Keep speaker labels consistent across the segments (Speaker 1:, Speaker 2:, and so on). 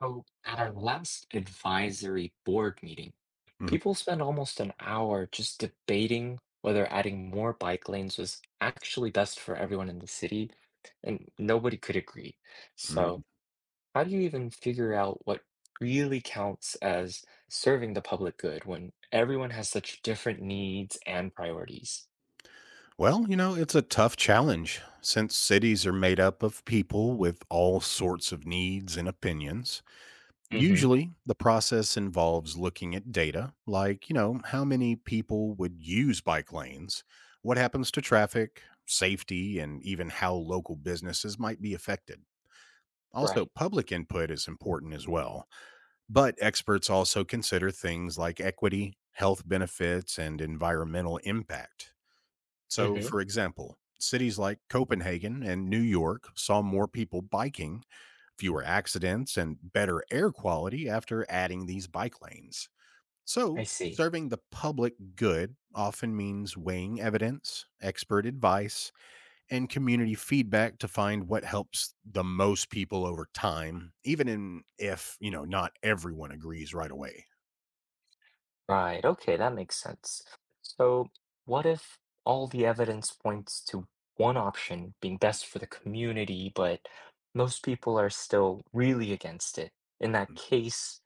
Speaker 1: So at our last advisory board meeting,
Speaker 2: Mhm,
Speaker 1: people spent almost an hour just debating whether adding more bike lanes was actually best for everyone in the city, and nobody could agree.
Speaker 2: mm.
Speaker 1: So how do you even figure out what really counts as serving the public good when everyone has such different needs and priorities?
Speaker 2: Well, you know, it's a tough challenge since cities are made up of people with all sorts of needs and opinions.
Speaker 1: Hmm.
Speaker 2: Usually, the process involves looking at data like, you know, how many people would use bike lanes, what happens to traffic, safety, and even how local businesses might be affected. Also,
Speaker 1: Right.
Speaker 2: public input is important as well, but experts also consider things like equity, health benefits, and environmental impact. So,
Speaker 1: Hmm.
Speaker 2: for example, cities like Copenhagen and New York saw more people biking, fewer accidents, and better air quality after adding these bike lanes.
Speaker 1: I
Speaker 2: So,
Speaker 1: see.
Speaker 2: serving the public good often means weighing evidence, expert advice, and community feedback to find what helps the most people over time, even if, you know, not everyone agrees right away.
Speaker 1: Right. Okay, that makes sense. So, what if all the evidence points to one option being best for the community, but most people are still really against it? In that case,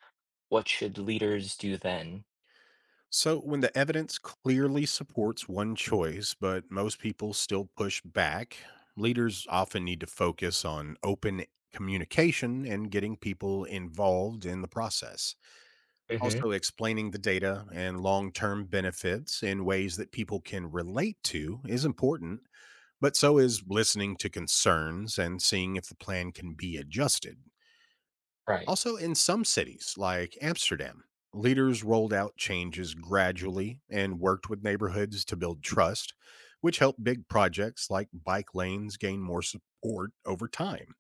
Speaker 1: what should leaders do then?
Speaker 2: So, when the evidence clearly supports one choice, but most people still push back, leaders often need to focus on open communication and getting people involved in the process.
Speaker 1: Hmm.
Speaker 2: Also, explaining the data and long term benefits in ways that people can relate to is important, but so is listening to concerns and seeing if the plan can be adjusted.
Speaker 1: Right.
Speaker 2: Also, in some cities like Amsterdam, leaders rolled out changes gradually and worked with neighborhoods to build trust, which helped big projects like bike lanes gain more support over time.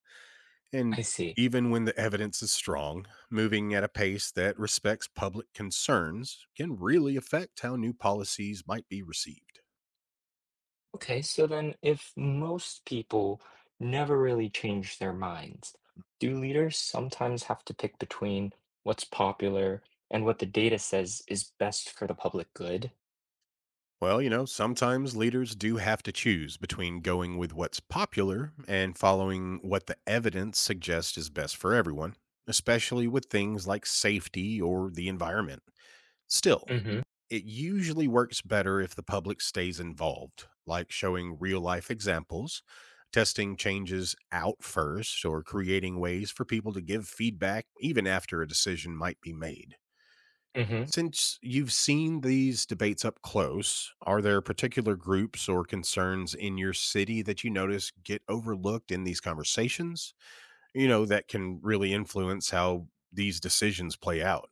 Speaker 2: And
Speaker 1: I see.
Speaker 2: even when the evidence is strong, moving at a pace that respects public concerns can really affect how new policies might be received.
Speaker 1: Okay, so then if most people never really change their minds,
Speaker 2: Hmm.
Speaker 1: do leaders sometimes have to pick between what's popular and what the data says is best for the public good?
Speaker 2: Well, you know, sometimes leaders do have to choose between going with what's popular and following what the evidence suggests is best for everyone, especially with things like safety or the environment. Still,
Speaker 1: Hmm.
Speaker 2: it usually works better if the public stays involved, like showing real life examples, testing changes out first, or creating ways for people to give feedback even after a decision might be made.
Speaker 1: Hmm.
Speaker 2: Since you've seen these debates up close, are there particular groups or concerns in your city that you notice get overlooked in these conversations? You know, that can really influence how these decisions play out.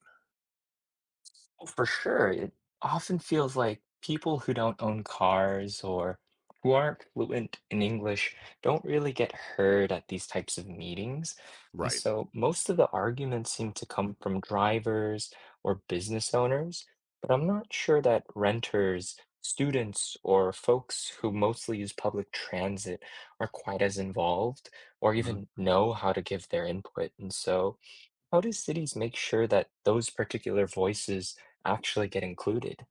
Speaker 1: Oh, for sure. It often feels like people who don't own cars or who aren't fluent in English don't really get heard at these types of meetings. And
Speaker 2: Right.
Speaker 1: so most of the arguments seem to come from drivers or business owners, but I'm not sure that renters, students, or folks who mostly use public transit are quite as involved or even know how to give their input. And so how do cities make sure that those particular voices actually get included?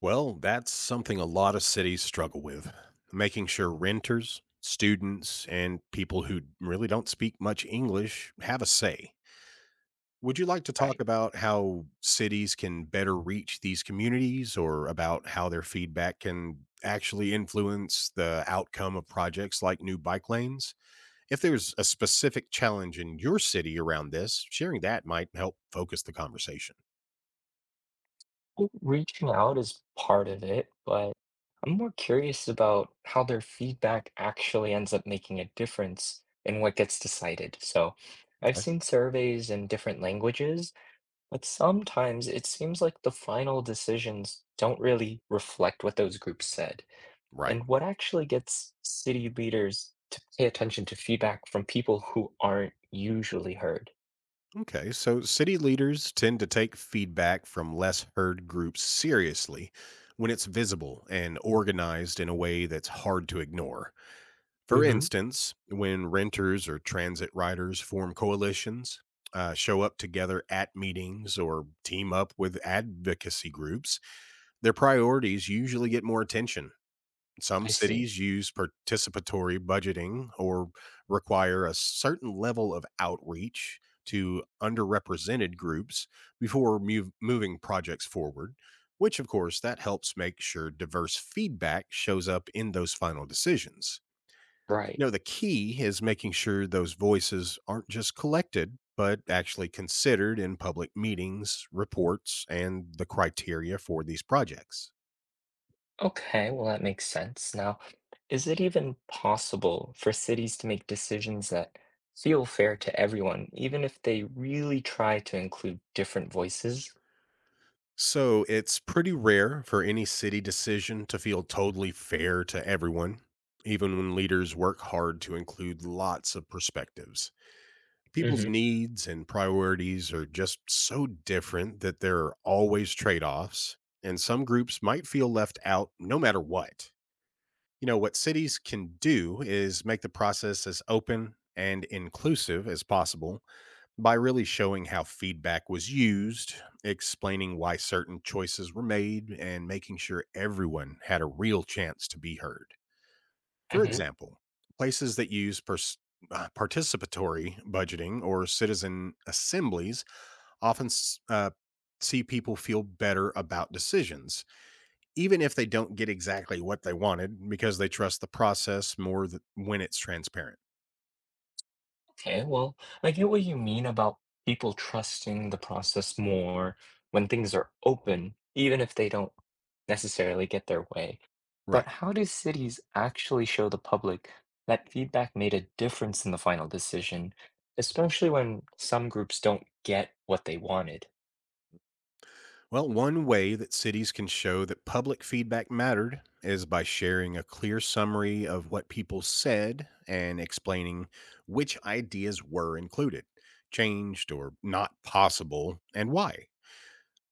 Speaker 2: Well, that's something a lot of cities struggle with making sure renters, students, and people who really don't speak much English have a say. Would you like to talk
Speaker 1: Right.
Speaker 2: about how cities can better reach these communities or about how their feedback can actually influence the outcome of projects like new bike lanes? If there's a specific challenge in your city around this, sharing that might help focus the conversation.
Speaker 1: Well, reaching out is part of it, but I'm more curious about how their feedback actually ends up making a difference in what gets decided. So I've
Speaker 2: Okay.
Speaker 1: seen surveys in different languages, but sometimes it seems like the final decisions don't really reflect what those groups said.
Speaker 2: Right.
Speaker 1: And what actually gets city leaders to pay attention to feedback from people who aren't usually heard?
Speaker 2: Okay, so city leaders tend to take feedback from less heard groups seriously when it's visible and organized in a way that's hard to ignore. For
Speaker 1: Hmm.
Speaker 2: instance, when renters or transit riders form coalitions, show up together at meetings, or team up with advocacy groups, their priorities usually get more attention. Some
Speaker 1: I see.
Speaker 2: cities use participatory budgeting or require a certain level of outreach to underrepresented groups before moving projects forward, which of course that helps make sure diverse feedback shows up in those final decisions.
Speaker 1: Right.
Speaker 2: You know, the key is making sure those voices aren't just collected, but actually considered in public meetings, reports, and the criteria for these projects.
Speaker 1: Okay, well, that makes sense. Now, is it even possible for cities to make decisions that feel fair to everyone, even if they really try to include different voices?
Speaker 2: So it's pretty rare for any city decision to feel totally fair to everyone, even when leaders work hard to include lots of perspectives.
Speaker 1: Hmm.
Speaker 2: People's needs and priorities are just so different that there are always trade offs, and some groups might feel left out no matter what. You know, what cities can do is make the process as open and inclusive as possible by really showing how feedback was used, explaining why certain choices were made, and making sure everyone had a real chance to be heard. For
Speaker 1: Hmm.
Speaker 2: example, places that use participatory budgeting or citizen assemblies often see people feel better about decisions, even if they don't get exactly what they wanted, because they trust the process more when it's transparent.
Speaker 1: Okay, well, I get what you mean about people trusting the process more when things are open, even if they don't necessarily get their way.
Speaker 2: Right.
Speaker 1: But how do cities actually show the public that feedback made a difference in the final decision, especially when some groups don't get what they wanted?
Speaker 2: Well, one way that cities can show that public feedback mattered is by sharing a clear summary of what people said and explaining which ideas were included, changed, or not possible, and why.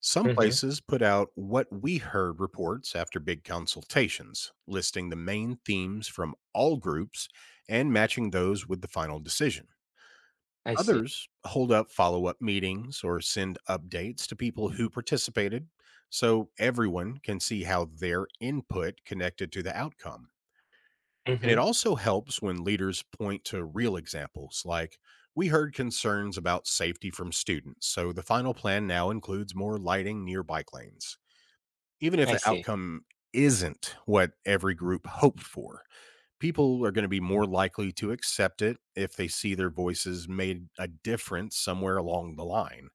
Speaker 2: Some
Speaker 1: Mhm.
Speaker 2: places put out what we heard reports after big consultations, listing the main themes from all groups and matching those with the final decision.
Speaker 1: I see.
Speaker 2: Others hold up follow up meetings or send updates to people who participated so everyone can see how their input connected to the outcome. And it
Speaker 1: Mhm.
Speaker 2: also helps when leaders point to real examples like, we heard concerns about safety from students, so the final plan now includes more lighting near bike lanes, even if
Speaker 1: I
Speaker 2: the
Speaker 1: see.
Speaker 2: outcome isn't what every group hoped for people are going to be more likely to accept it if they see their voices made a difference somewhere along the line.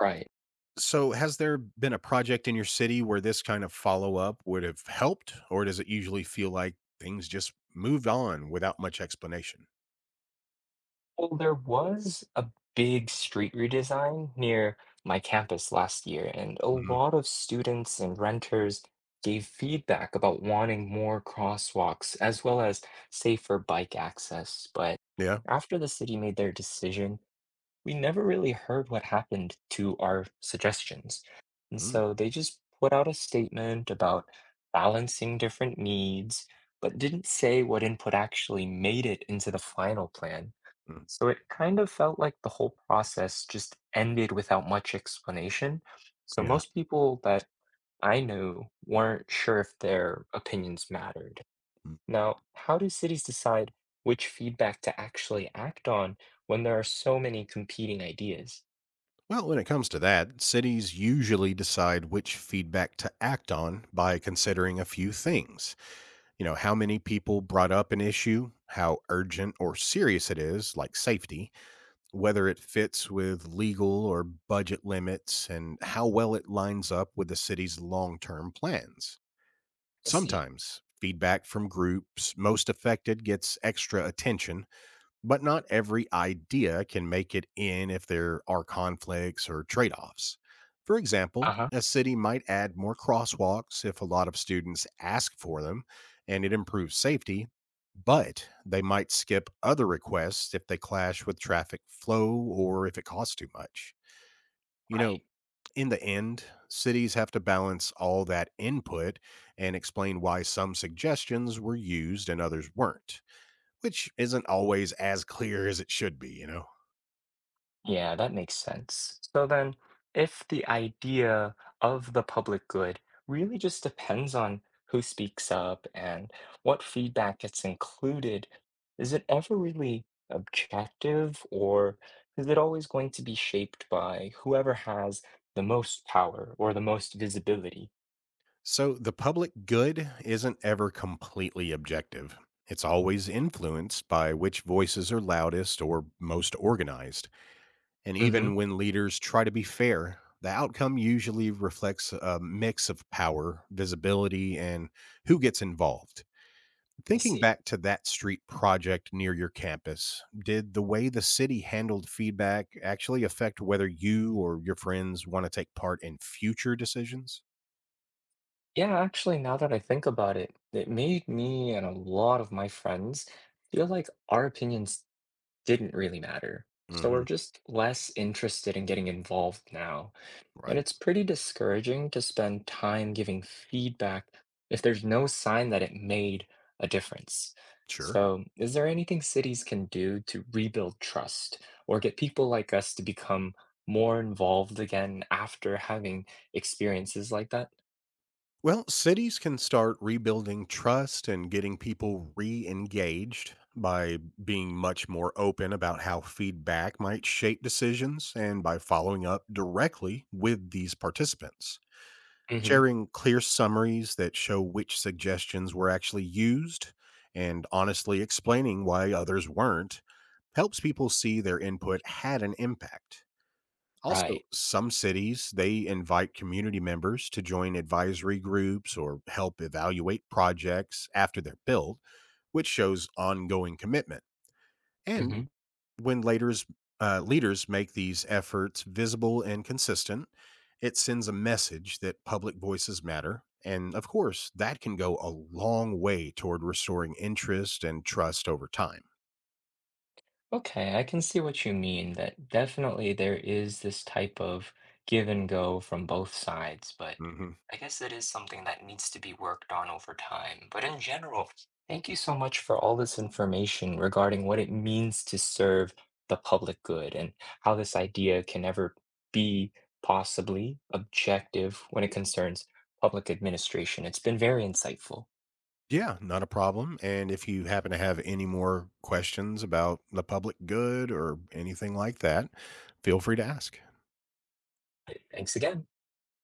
Speaker 1: Right.
Speaker 2: So, has there been a project in your city where this kind of follow up would have helped, or does it usually feel like things just moved on without much explanation?
Speaker 1: Well, there was a big street redesign near my campus last year, and a
Speaker 2: Hmm.
Speaker 1: lot of students and renters gave feedback about wanting more crosswalks as well as safer bike access. But
Speaker 2: Yeah.
Speaker 1: after the city made their decision, we never really heard what happened to our suggestions. And
Speaker 2: Mm.
Speaker 1: so they just put out a statement about balancing different needs, but didn't say what input actually made it into the final plan.
Speaker 2: Mm,
Speaker 1: So it kind of felt like the whole process just ended without much explanation. So
Speaker 2: yeah.
Speaker 1: most people that I knew weren't sure if their opinions mattered.
Speaker 2: Mm.
Speaker 1: Now, how do cities decide which feedback to actually act on when there are so many competing ideas?
Speaker 2: Well, when it comes to that, cities usually decide which feedback to act on by considering a few things. You know, how many people brought up an issue, how urgent or serious it is, like safety, whether it fits with legal or budget limits, and how well it lines up with the city's long term plans.
Speaker 1: I see.
Speaker 2: Sometimes feedback from groups most affected gets extra attention, but not every idea can make it in if there are conflicts or trade offs. For example,
Speaker 1: Uh-huh.
Speaker 2: a city might add more crosswalks if a lot of students ask for them and it improves safety, but they might skip other requests if they clash with traffic flow or if it costs too much. You
Speaker 1: Right.
Speaker 2: know, in the end, cities have to balance all that input and explain why some suggestions were used and others weren't which isn't always as clear as it should be, you know?
Speaker 1: Yeah, that makes sense. So then, if the idea of the public good really just depends on who speaks up and what feedback gets included, is it ever really objective, or is it always going to be shaped by whoever has the most power or the most visibility?
Speaker 2: So the public good isn't ever completely objective. It's always influenced by which voices are loudest or most organized. And
Speaker 1: Hmm.
Speaker 2: even when leaders try to be fair, the outcome usually reflects a mix of power, visibility, and who gets involved.
Speaker 1: I
Speaker 2: Thinking
Speaker 1: see.
Speaker 2: back to that street project near your campus, did the way the city handled feedback actually affect whether you or your friends want to take part in future decisions?
Speaker 1: Yeah, actually, now that I think about it, it made me and a lot of my friends feel like our opinions didn't really matter. So we're
Speaker 2: Hmm.
Speaker 1: just less interested in getting involved now. And
Speaker 2: Right.
Speaker 1: it's pretty discouraging to spend time giving feedback if there's no sign that it made a difference.
Speaker 2: Sure.
Speaker 1: So, is there anything cities can do to rebuild trust or get people like us to become more involved again after having experiences like that?
Speaker 2: Well, cities can start rebuilding trust and getting people re engaged by being much more open about how feedback might shape decisions and by following up directly with these participants.
Speaker 1: Hmm.
Speaker 2: Sharing clear summaries that show which suggestions were actually used and honestly explaining why others weren't helps people see their input had an impact.
Speaker 1: Right.
Speaker 2: Also, some cities they invite community members to join advisory groups or help evaluate projects after they're built, which shows ongoing commitment. And when leaders leaders make these efforts visible and consistent, it sends a message that public voices matter, and of course, that can go a long way toward restoring interest and trust over time.
Speaker 1: Okay, I can see what you mean, that definitely there is this type of give and go from both sides, but
Speaker 2: Hmm.
Speaker 1: I guess that is something that needs to be worked on over time. But in general, thank you so much for all this information regarding what it means to serve the public good and how this idea can ever be possibly objective when it concerns public administration. It's been very insightful.
Speaker 2: Yeah, not a problem. And if you happen to have any more questions about the public good or anything like that, feel free to ask.
Speaker 1: Thanks again.